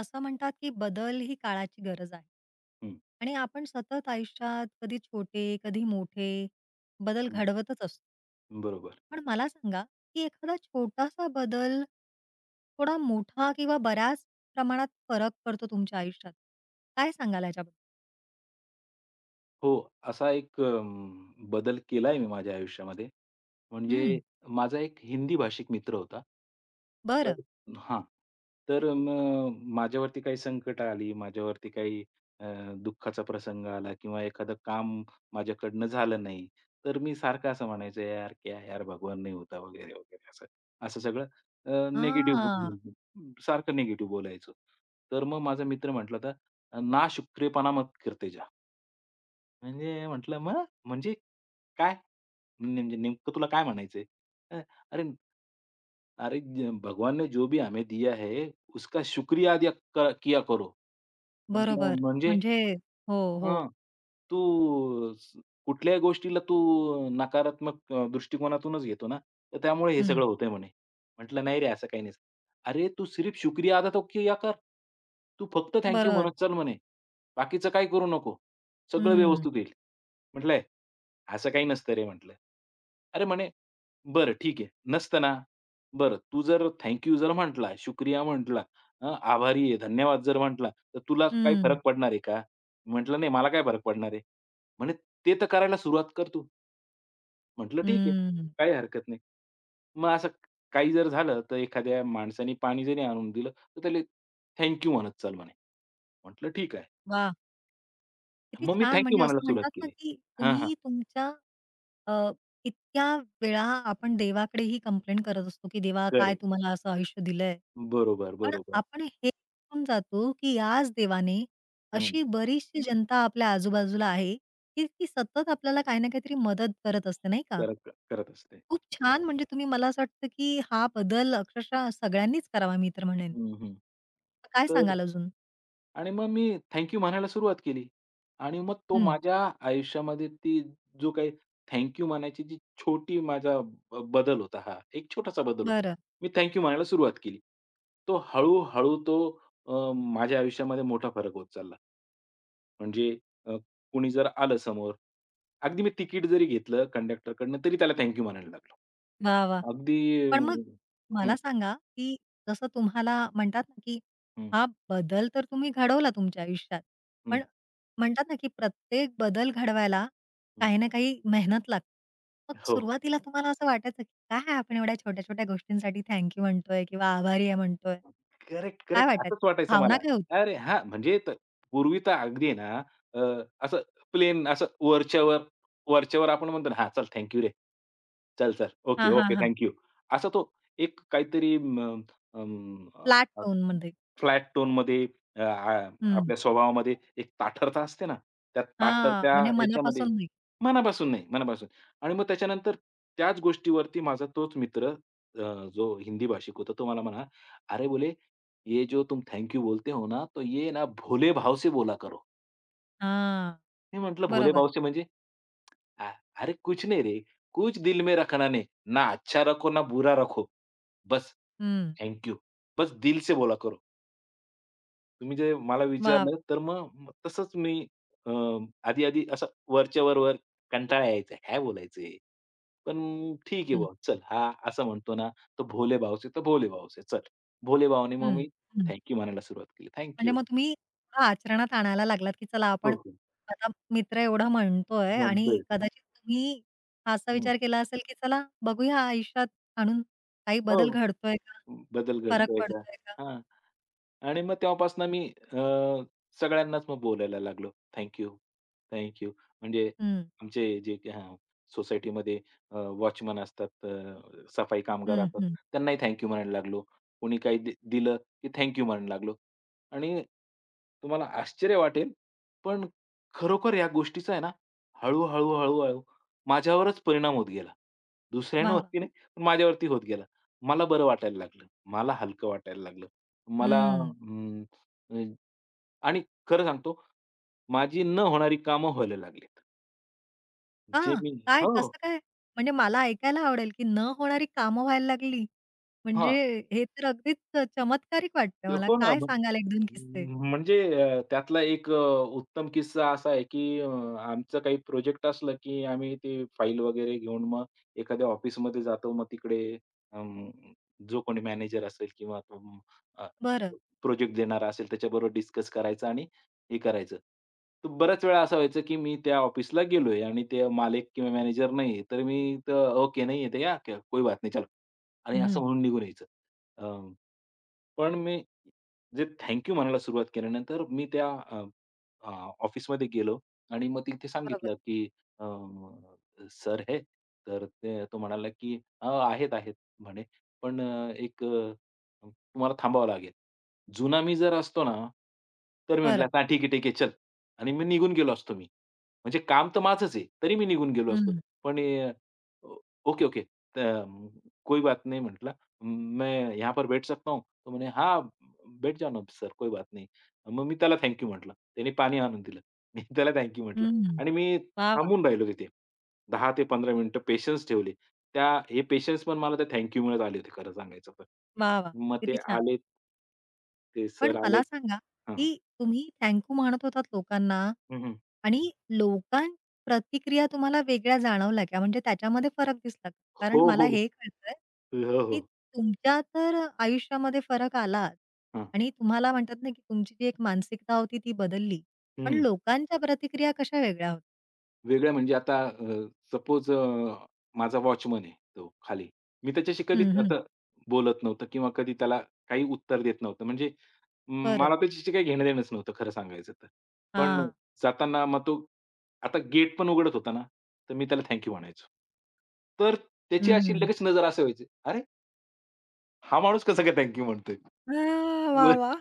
असं म्हणतात की बदल ही काळाची गरज आहे. हं, आणि आपण सतत आयुष्यात कधी छोटे, कधी मोठे बदल हं. घडवतच असतो. बरोबर. पण मला सांगा, की एखादा छोटासा बदल, थोडा मोठा किंवा बऱ्याच प्रमाणात फरक करतो तुमच्या आयुष्यात. काय सांगाल ह्याच्याबद्दल? हो, असा एक बदल केलाय मी माझ्या आयुष्यामध्ये. म्हणजे हं, माझा एक हिंदी भाषिक मित्र होता. बरं. तर हां. तर मग माझ्यावरती काही संकटं आली, माझ्यावरती काही अ, दुःखाचा प्रसंग आला किंवा एखादं काम माझ्याकडनं झालं नाही, तर मी सारखं असं म्हणायचो, "यार क्या यार भगवान नहीं होता" वगैरे, वगैरे असं. असं सगळं हां, निगेटिव्ह बोलायचो. तर मग माझा मित्र म्हटला होता, "ना शुक्रेपणा मत करते जा." म्हणजे म्हटलं, "मग म्हणजे काय? म्हणजे नेमकं तुला काय म्हणायचंय?" अ, "अरे, अरे भगवान ने जो भी हमें दिया है, उसका शुक्रिया अदा किया करो." म्हटलं, बरोबर. "म्हणजे?" म्हणजे हो, हो. "हां, तू स कुठल्याही गोष्टीला तू नकारात्मक दृष्टिकोनातूनच घेतो ना, तर त्यामुळे हे हं, सगळं होतंय" म्हणे. म्हटलं, "नाही रे, असं काही नाही." "अरे, तू सिर्फ शुक्रिया अदा तो किया कर. तू फक्त थँक बरोबर. म्हणत चल म्हणे. बाकीचं काही करू नको. सगळं हं, व्यवस्थित होईल." म्हटलं, असं काही नसतं रे म्हटलं. अरे म्हणे, "बरं ठीक आहे. नसतं ना? बरं तू जर थँक जर म्हटला, शुक्रिया म्हटला, आभारी आहे, धन्यवाद जर म्हटला, तर तुला काही हं, फरक पडणार आहे का?" म्हटलं, "नाही मला काय फरक पडणार आहे?" म्हणे, "ते तर करायला सुरुवात कर तू." म्हटलं, "ठीक आहे. हं. काही हरकत नाही." मग असं काही जर झालं, तर एखाद्या माणसाने पाणी जरी आणून दिलं, तर त्याला थँक म्हणत चाल म्हणे. म्हटलं, "ठीक आहे." वाह! किती मग मी छान! थँक म्हणजे म्हणायला असं सुरुवात म्हणतात ना, केली. की हां, हां. तुम्ही तुमच्या अ, इतक्या वेळा आपण देवाकडे ही कंप्लेंट करत असतो, की देवा काय करेक्ट. तुम्हाला असं आयुष्य दिलंय. बरोबर, पण बरोबर. आपण हे विसरून जातो, की आज देवाने अशी बरीचशी जनता आपल्या आजूबाजूला आहे, की ती सतत आपल्याला काही ना काहीतरी मदत करत असते, नाही का? करत करत असते. खूप छान म्हणजे तुम्ही मला असं वाटतं, की हा बदल अक्षरशः सगळ्यांनीच करावा मी तर म्हणेन. हं, हं. काय तर सांगाल अजून? आणि मग मी थँक म्हणायला सुरुवात केली आणि मग तो हं, माझ्या आयुष्यामध्ये ती जो काही थँक म्हणायची जी छोटी माझा बदल होता हा, एक छोटासा बदल होता. बरं. मी थँक म्हणायला सुरुवात केली. तो हळू माझ्या आयुष्यामध्ये मोठा फरक होत चालला. म्हणजे अ, कुणी जर आलं समोर, अगदी मी तिकीट जरी घेतलं कंडक्टरकडनं तरी त्याला थँक म्हणायला लागलो. वाह! वाह! अगदी अं, पण मग हं, मला सांगा, की जसं तुम्हाला म्हणतात ना, की हं, हा बदल तर तुम्ही घडवला तुमच्या आयुष्यात. हं, पण म्हणतात ना, की प्रत्येक बदल घडवायला हं. काही ना काही मेहनत लागते. मग हो. सुरुवातीला तुम्हाला असं वाटायचं, की काय आपण एवढ्या छोट्या-छोट्या गोष्टींसाठी थँक यू म्हणतोय किंवा आभारी आहे म्हणतोय? करेक्ट, काय करेक्ट. वाटायचं? असंच वाटायचं भावना मला. काय होती? अरे हां, म्हणजे पूर्वी तर अगदी आहे ना अ, असं प्लेन असं वरच्यावर वरच्यावर आपण म्हणतो ना, "हां, चल थँक रे. चल, चल. ओके, हां, हां, ओके. हां. Thank you." असा तो एक काहीतरी टोन फ्लॅट अ, टोनमध्ये. फ्लॅट टोनमध्ये. अ, आ हं. आपल्या स्वभावामध्ये एक ताठरता असते ना, त्या हां, ताठरत्या म्हणजे याच्यामध्ये मनापासून नाही. मनापासून नाही, मनापासून. आणि मग त्याच्यानंतर त्याच गोष्टीवरती माझा तोच मित्र अ, जो हिंदी भाषिक होता, तो मला म्हणाला, "अरे," बोले ये जो तुम थैंक यू बोलते हो ना, तो ये ना भोले भाव से बोला करो. हां, मी म्हटलं भोले बरोबर. भाव से म्हणजे? अ, अरे कुछ नहीं रे, कुछ दिल में रखना नहीं. ना अच्छा रखो, ना बुरा रखो. बस हं. Thank you. बस दिल से बोला करो. तुम्ही जे मला वाह! विचारलं तर मग मग तसंच मी अ, आधी-आधी असं वरच्या वर-वर कंटाळा यायचा. काय बोलायचंय? पण ठीक आहे हं, बुवा, चल हा असं म्हणतो ना, तर भोले भाव से चल. भोले भावाने मग हं, मी हं. थँक म्हणायला सुरुवात केली. म्हणजे मग तुम्ही थोडं आचरणात आणायला लागलात, की चला हो, आपण हो. आता मित्र एवढा म्हणतोय आणि म्हणतोय. कदाचित तुम्ही असा हं. विचार केला असेल, की चला बघूया आयुष्यात आणून काही बदल हो. घडतोय का? बदल फरक घडतोय का? पडतोय का? हां. आणि मग तेव्हापासून मी अ, सगळ्यांनाच मग बोलायला लागलो, "थँक यू, थँक यू." म्हणजे हं, आमचे जे हां, सोसायटीमध्ये वॉचमन असतात, सफाई कामगार हं, असतात, हं. त्यांनाही थँक यू म्हणायला लागलो. कोणी काही दिलं की थँक यू म्हणायला लागलो. आणि तुम्हाला आश्चर्य वाटेल, पण खरोखर या गोष्टीचा आहे ना, हळूहळू माझ्यावरच परिणाम होत गेला. वाह, वाह! दुसऱ्यांवरती नाही, पण माझ्यावरती होत गेला. मला बरं वाटायला लागलं. मला हलकं वाटायला लागलं. मला हं. हम्म, अं, आणि खरं सांगतो माझी न होणारी कामं व्हायला लागलीत. का? जे मी काय? हो. कसं काय? म्हणजे मला ऐकायला आवडेल, की न होणारी कामं व्हायला लागली. हां, म्हणजे हे तर अगदीच चमत्कारिक वाटतंय मला. हो ना. काय सांगाल 1-2 किस्से? म्हणजे त्यातला एक उत्तम किस्सा असा आहे, की आमचं काही प्रोजेक्ट असलं, की आम्ही ते फाईल वगैरे घेऊन मग एखाद्या ऑफिसमध्ये जातो. मग तिकडे अं, जो कोणी मॅनेजर असेल किंवा बरं. प्रोजेक्ट देणारा असेल त्याच्याबरोबर डिस्कस करायचं आणि हे करायचं. तर बऱ्याच वेळा असं व्हायचं, की मी त्या ऑफिसला गेलोय आणि ते मालक किंवा मॅनेजर नाहीये. तर मी "ओके, नाही है तो या, क्या कोई बात नहीं चलो." आणि असं हं. म्हणून निघून यायचं. अ, पण मी जे थँक यू म्हणायला सुरुवात केल्यानंतर मी त्या अ, अ, ऑफिसमध्ये गेलो आणि मग तिथे बरोबर. सांगितलं, की "सर हे." तर तो म्हणाला, की आहेत, आहेत" म्हणे, "पण एक तुम्हाला थांबावं लागेल." जुना मी जर असतो ना, तर मी म्हटलं, बरं. "हां, ठीक आहे, ठीक आहे, चल." आणि मी निघून गेलो असतो मी. म्हणजे काम तर माझंच आहे, तरी मी निघून गेलो असतो. हं. पण "ओके, ओके, त कोई बात नहीं" म्हटलं मैं यहाँ पर बैठ सकता हूँ?" तो म्हणे, "हाँ, बैठ जाओ ना सर, कोई बात नहीं." मग मी त्याला थँक म्हटलं. त्याने पाणी आणून दिलं. मी त्याला थँक म्हटलं हं. आणि मी वाह, वाह! थांबून राहिलो तिथे. 10 ते 15 मिनिटं पेशन्स ठेवले. त्या हे पेशन्स पण मला ते थँक यू आले होते खरं सांगायचं तर. वाह! वाह! मग ते किती छान. आले, ते पण सर आले. मला सांगा, हां. की तुम्ही थँक यू म्हणत होतात लोकांना हं, हं. आणि लोकां प्रतिक्रिया तुम्हाला वेगळ्या जाणवल्या का? म्हणजे त्याच्यामध्ये फरक दिसला का? हो, कारण मला हो. हे कळतंय, हो, की हो. तुमच्या तर आयुष्यामध्ये फरक आलाच हां. आणि तुम्हाला म्हणतात ना, की तुमची जी एक मानसिकता होती ती बदलली. पण हं. लोकांच्या प्रतिक्रिया कशा वेगळ्या होत्या? वेगळ्या म्हणजे आता सपोज माझा वॉचमन आहे तो खाली. मी त्याच्याशी कधीच हं, हं. असं बोलत नव्हतं किंवा कधी त्याला काही उत्तर देत नव्हतं. म्हणजे म, बरं. मला त्याच्याशी काही घेणं-देणंच नव्हतं खरं सांगायचं तर. पण हां. जाताना मग तो आता गेट पण उघडत होता ना, तर मी त्याला थँक यू म्हणायचो. तर त्याची हं, अशी हं. लगेच नजर असं व्हायची, "अरे! हा माणूस कसा काय थँक म्हणतोय?" हां. वाह! वाह!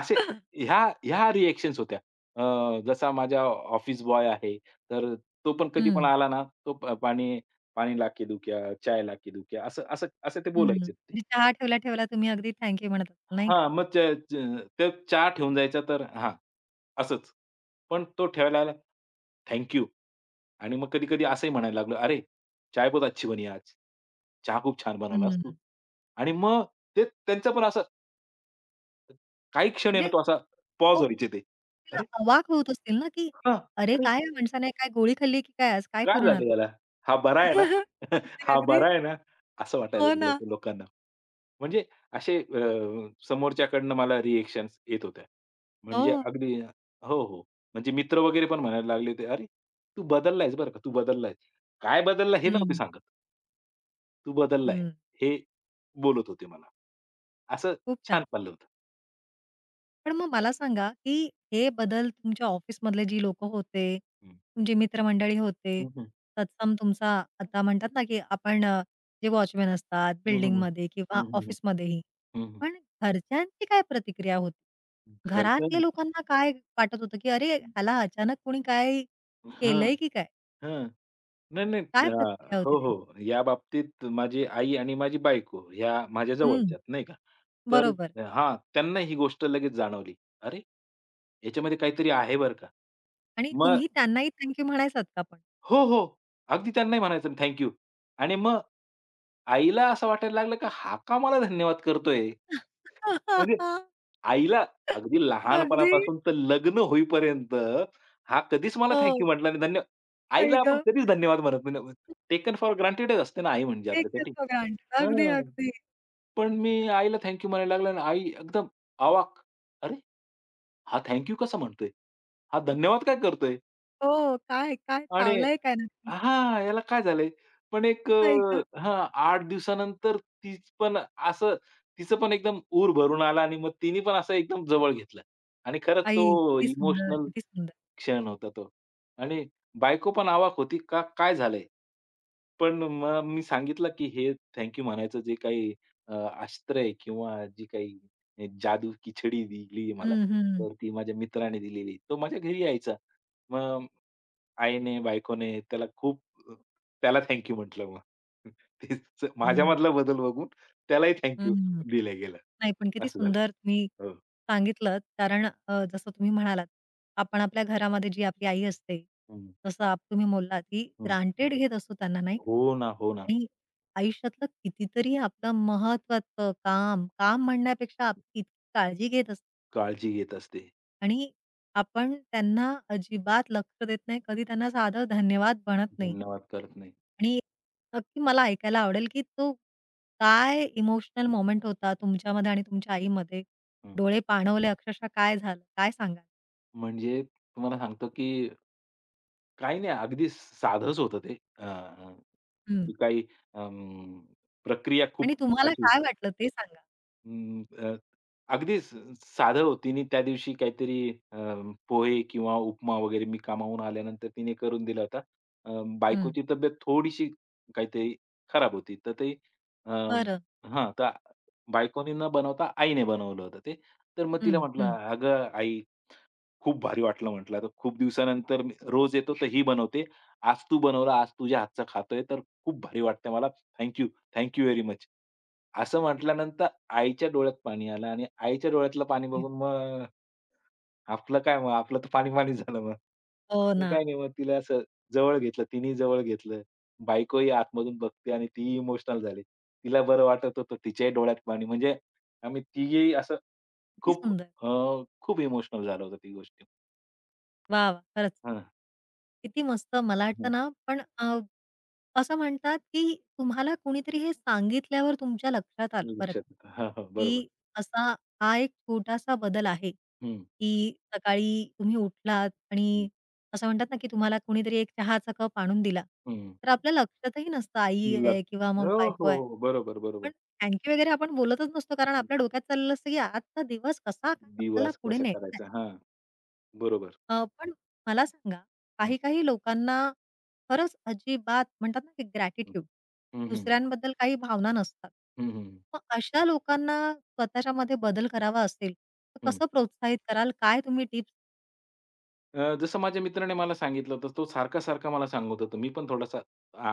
असे हं. ह्या ह्या रिएक्शन्स होत्या. जसा माझा ऑफिस बॉय आहे, तर तो पण कधी पण आला ना, तो पाणी पाणी ला दू क्या? चाय ला के दू क्या? असं असं असं ते बोलायचे ते. म्हणजे चहा ठेवल्या-ठेवल्या तुम्ही अगदी थँक म्हणत असाल, नाही का? हां, मग च च तर चहा ठेवून जायचा तर हां, असंच. पण तो ठेवायला आला, थँक आणि मग कधी-कधी असंही म्हणायला लागलो, "अरे! चाय बहुत अच्छी बनी आज. चहा खूप छान हं, बनवलास तू." हं. आणि मग ते त्यांचं पण असं काही क्षण आहे ना, म्हणजे तो असा तो पॉज व्हायचे ते. तिला "अरे! अवाक होत असतील ना, की हां. "अरे, काय या माणसाने काय गोळी खाल्ली की काय आज? काय काय करून झालं आलाय?" याला? हा बरा आहे ना? अगदी, हा अगदी. बरा आहे ना? असं वाटायला हो लागलं ना. होतं लोकांना. म्हणजे असे समोरच्याकडनं मला रिएक्शन्स येत होत्या. हो. म्हणजे अगदी हो, हो. म्हणजे मित्र वगैरे पण म्हणायला लागले होते, "अरे, तू बदलला बरं का, तू बदलला आहेस." काय बदलला हे नव्हते हं, सांगत. "तू बदलला हं. हे बोलत होते मला. असं खूप छान छान. चाललं होतं. पण मग मला सांगा, की हे बदल तुमच्या ऑफिसमधले जी लोकं होते, हं. तुमची मित्रमंडळी होते, हं, हं. तत्सम तुमचा आता म्हणतात ना, की आपण जे वॉचमन असतात हं, हं, हं. बिल्डिंगमध्ये किंवा हं, हं, हं. ऑफिसमध्येही. हं, हं. पण घरच्यांची काय प्रतिक्रिया होती? घरातल्या लोकांना काय वाटत होतं, की "अरे, ह्याला अचानक कोणी काय केलंय की काय?" नाही, नाही. काय प्रतिक्रिया होती हो, त्यांची? हो. या बाबतीत माझी आई आणि माझी बायको ह्या माझ्या हं, जवळच्यात, नाही का. तर बरोबर. हां, त्यांना ही गोष्ट लगेच जाणवली. "अरे, याच्यामध्ये काहीतरी आहे बरं का." आणि मग तुम्ही त्यांनाही थँक म्हणायचात का पण? हो, हो. अगदी त्यांनाही म्हणायचं ना थँक यू. आणि मग आईला असं वाटायला लागलं की हा का मला धन्यवाद करतोय? म्हणजे आईला अगदी अगदी. लहानपणापासून तर लग्न होईपर्यंत हा कधीच मला थँक यू हो. म्हटला नाही. आई आईला आपण गं! कधीच धन्यवाद म्हणत नाही. टेकन फॉर ग्रांटेडच असते ना आई म्हणजे एक आपल्यासाठी. असतो घाण. अगदी, हां, अगदी. पण मी आईला थँक यू म्हणायला लागला आणि आई एकदम अवाक. "अरे, हा थँक यू कसा म्हणतोय? हा धन्यवाद काय करतोय?" हो, काय, काय आणि चावलंय काय नक्की? हां, याला काय झालंय? पण एक आई गं! हां, 8 दिवसानंतर तीच पण असं तिचं पण एकदम ऊर भरून आला आणि मग तिने पण असं एकदम जवळ घेतलं आणि खरंच आई तो किती सुंदर, इमोशनल किती सुंदर. क्षण होता तो. आणि बायको पण अवाक होती, का काय झालंय? पण मग मी सांगितलं, की हे थँक म्हणायचं जे काही अ, अस्त्र किंवा जी काही जादू की दिली मला, हं, हं, तर ती माझ्या मित्राने दिलेली. तो माझ्या घरी यायचा. मग आईने, बायकोने त्याला खूप अ, त्याला थँक म्हटलं मग. तेच हं, माझ्यामधला बदल बघून त्यालाही थँक यू हं. दिलं गेलं. नाही पण किती असं झालं. सुंदर तुम्ही हो. सांगितलत कारण जसं तुम्ही म्हणालात, आपण आपल्या घरामध्ये जी आपली आई असते, हं, जसं आप तुम्ही बोललात, की हं. ग्रांटेड घेत असतो त्यांना नाही का? हो ना. आणि आयुष्यातलं कितीतरी आपलं महत्त्वाचं काम, काम म्हणण्यापेक्षा आपली इतकी काळजी घेत असते. काळजी घेत असते. आणि आपण त्यांना अजिबात लक्ष देत नाही. कधी त्यांना साधं धन्यवाद म्हणत नाही. धन्यवाद करत नाही. आणि नक्की मला ऐकायला आवडेल, की तो काय इमोशनल मोमेंट होता तुमच्यामध्ये आणि तुमच्या आईमध्ये? हं. डोळे पाणवले अक्षरशः काय झालं? काय सांगाल? म्हणजे तुम्हाला सांगतो, की काही नाही अगदी साधंच होतं ते. हं. ती काही अं, प्रक्रिया खूप आणि तुम्हाला अशी काय वाटलं ते सांगा? अं, अ, अगदी साधं होती. तिने त्या दिवशी काहीतरी पोहे किंवा उपमा वगैरे मी कामावून आल्यानंतर तिने करून दिला होता. हं. बायकोची तब्येत थोडीशी काहीतरी खराब होती. तर ते अ, बरं. हां, तर बायकोने न बनवता आईने बनवलं होतं ते. तर मग तिला हं, म्हटलं, हं. "अगं आई खूप भारी वाटलं म्हटलं, आता खूप दिवसानंतर मी रोज येतो तर ही बनवते. आज तू बनवला, आज तुझ्या हातचा खातोय, तर खूप भारी वाटतंय मला. Thank you, very much. असं म्हटल्यानंतर आईच्या डोळ्यात पाणी आलं आणि आईच्या डोळ्यातलं पाणी बघून मग आपलं काय मग, आपलं तर पाणी-पाणी झालं मग. हो मग ना. काय नाही, मग तिला असं जवळ घेतलं, तिनेही जवळ घेतलं. बायकोही आतमधून बघते आणि तीही इमोशनल झाली. तिला बरं वाटत होतं, तिच्याही डोळ्यात पाणी. म्हणजे आम्ही तिघेही असं किती खूप सुंदर. अ, खूप इमोशनल झालं होतं ती गोष्ट. वाह! वाह! खरंच. किती मस्त. मला हं. वाटतं ना, पण असं म्हणतात, की तुम्हाला कुणीतरी हे सांगितल्यावर तुमच्या लक्षात आलं बरं लक्षात का, येतं. हां. की बरोबर. असा हा एक छोटासा बदल आहे, हं, की सकाळी तुम्ही उठलात हं, आणि असं म्हणतात ना, की तुम्हाला कुणीतरी एक चहाचा कप आणून दिला. हं. तर आपल्या लक्षातही नसतं आई ल आहे किंवा मग हो, बायको हो, आहे. हो. बरोबर. पण थँक वगैरे आपण बोलतच नसतो कारण हं. आपल्या डोक्यात चाललेलं असतं, की आजचा दिवस कसा आपल्याला दिवास पुढे कसा न्यायचा करायचा? आहे. हां, बरोबर. पण मला सांगा, हं, काही-काही लोकांना खरंच अजिबात म्हणतात ना, की हं. ग्रॅटिट्यूड हं, हं. दुसऱ्यांबद्दल काही भावना नसतात. हं, हं. मग अशा लोकांना स्वतःच्यामध्ये बदल करावा असेल, तर हं. कसं प्रोत्साहित कराल? काय तुम्ही टिप्स जसं माझ्या मित्राने मला सांगितलं होतं, तो सारखा-सारखा मला सांगत होता. मी पण थोडासा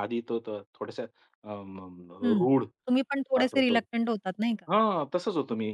आधी तो तो थोडासा अ, म हं. रूढ तुम्ही पण थोडेसे पाठवतो. रिलक्टंट होतात नाही का? हां, तसंच होतो मी.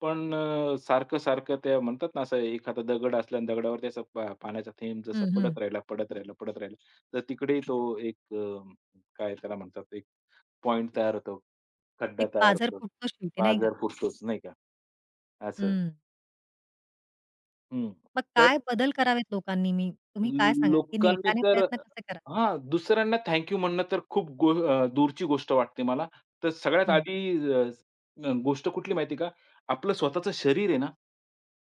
पण सारखं-सारखं ते म्हणतात ना, असं एखादा दगड असला आणि दगडावरती असा पाण्याचा थेंब जसा हं, हं. पडत राहिला, पडत राहिला, पडत राहिला. तर तिकडेही तो एक काय त्याला म्हणतात, एक पॉइंट तयार होतो, खड्डा एक तयार पाझर होतो, फुटतो शेवटी नाही का? पाझर फुटतोच, नाही का? असं. हं. हं. मग तर काय बदल करावेत लोकांनी मी तुम्ही काय सांगाल, की लोकांनी नेटाने तर प्रयत्न कसे कराल? हां, दुसऱ्यांना थँक म्हणणं तर खूप दूरची गोष्ट वाटते मला. तर सगळ्यात हं. आधी अ, अ, गोष्ट कुठली माहिती का? आपलं स्वतःचं शरीर आहे ना,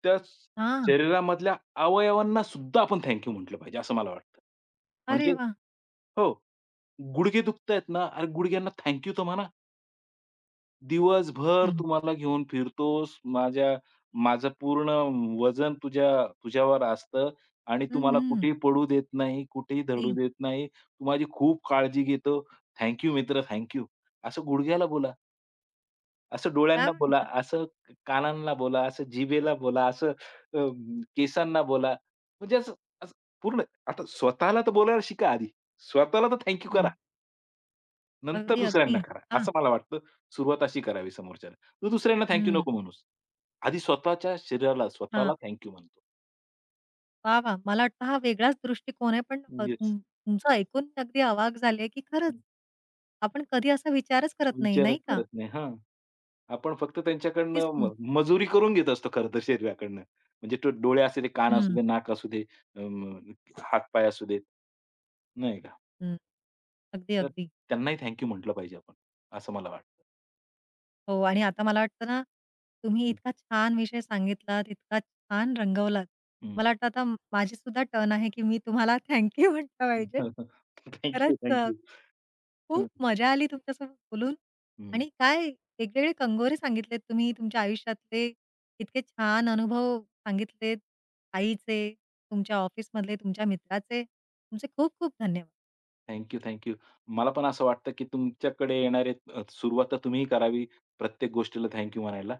त्या हां. शरीरामधल्या अवयवांना सुद्धा आपण थँक यू म्हटलं पाहिजे, असं मला वाटतं. म्हणजे अरे वाह! हो, गुडघे दुखतायत ना, अरे गुडघ्यांना थँक तर म्हणा. दिवसभर हं. तू मला घेऊन फिरतोस. माझं पूर्ण वजन तुझ्यावर असतं आणि हं, तुम्हाला मला हं. कुठेही पडू देत नाही, कुठेही धडू ते देत नाही. तू माझी खूप काळजी घेतो. थँक मित्र, थँक यू. असं गुडघ्याला बोला, असं काय डोळ्यांना बोला, म्हणता? असं कानांना बोला, असं जिभेला बोला, असं अ, केसांना बोला. म्हणजे असं असं पूर्ण आता स्वतःला तर बोलायला शिका आधी. स्वतःला तर थँक करा. हं. नंतर अगदी, दुसऱ्यांना अगदी. करा. हां. असं मला वाटतं सुरुवात अशी करावी समोरच्याला. तू दुसऱ्यांना थँक यू हं. नको म्हणूस. आधी स्वतःच्या शरीराला, हां. स्वतःला थँक यू म्हणतो. वाह, वाह! मला वाटतं हा वेगळाच दृष्टिकोन आहे. पण अ, येस. तुम तुमचं ऐकून मी अगदी अवाक झाले, की खरंच आपण कधी असा विचारच करत नाही, विचारच नाही का? करत नाही. हां. आपण फक्त किती त्यांच्याकडनं सुंदर. मजुरी करून घेत असतो खरं तर शरीराकडनं. म्हणजे तो डोळे असू दे, कान असू हं, दे, नाक असू दे, अं, हात-पाय असू देत, नाही का? हं. अगदी, तर अगदी. त्यांनाही थँक म्हटलं पाहिजे आपण, असं मला वाटतं. हो आणि आता मला वाटतं ना, तुम्ही हं, इतका छान विषय सांगितलात, इतका छान रंगवलात. हं. मला वाटतं आता माझी सुद्धा टर्न आहे, की मी तुम्हाला थँक यू म्हटलं पाहिजे. खरंच खूप मजा आली तुमच्यासोबत बोलून आणि काय वेगवेगळे कंगोरे सांगितलेत तुम्ही तुमच्या आयुष्यातले. इतके छान अनुभव सांगितलेत आईचे, तुमच्या ऑफिसमधले, तुमच्या मित्राचे. तुमचे खूप खूप धन्यवाद. Thank you, thank you. मला पण असं वाटतं, की तुमच्याकडे येणारे सुरुवात तर तुम्हीही करावी प्रत्येक गोष्टीला थँक यू म्हणायला.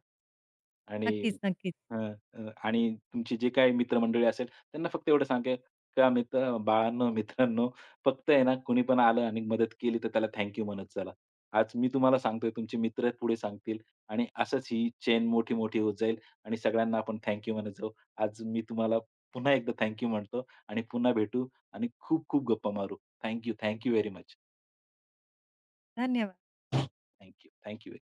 आणि नक्कीच, नक्कीच. आणि तुमची जे काही मित्रमंडळी असेल त्यांना फक्त एवढं सांगा, का मित्र बाळांनो, मित्रांनो, फक्त आहे ना कुणी पण आलं आणि मदत केली तर त्याला थँक म्हणत चला. आज मी तुम्हाला सांगतोय, तुमचे मित्र पुढे सांगतील आणि असंच ही चेन मोठी-मोठी होत जाईल आणि सगळ्यांना आपण थँक म्हणत जाऊ. आज मी तुम्हाला पुन्हा एकदा थँक म्हणतो आणि पुन्हा भेटू आणि खूप-खूप गप्पा मारू. Thank you, thank you very much. धन्यवाद. Thank you, thank you.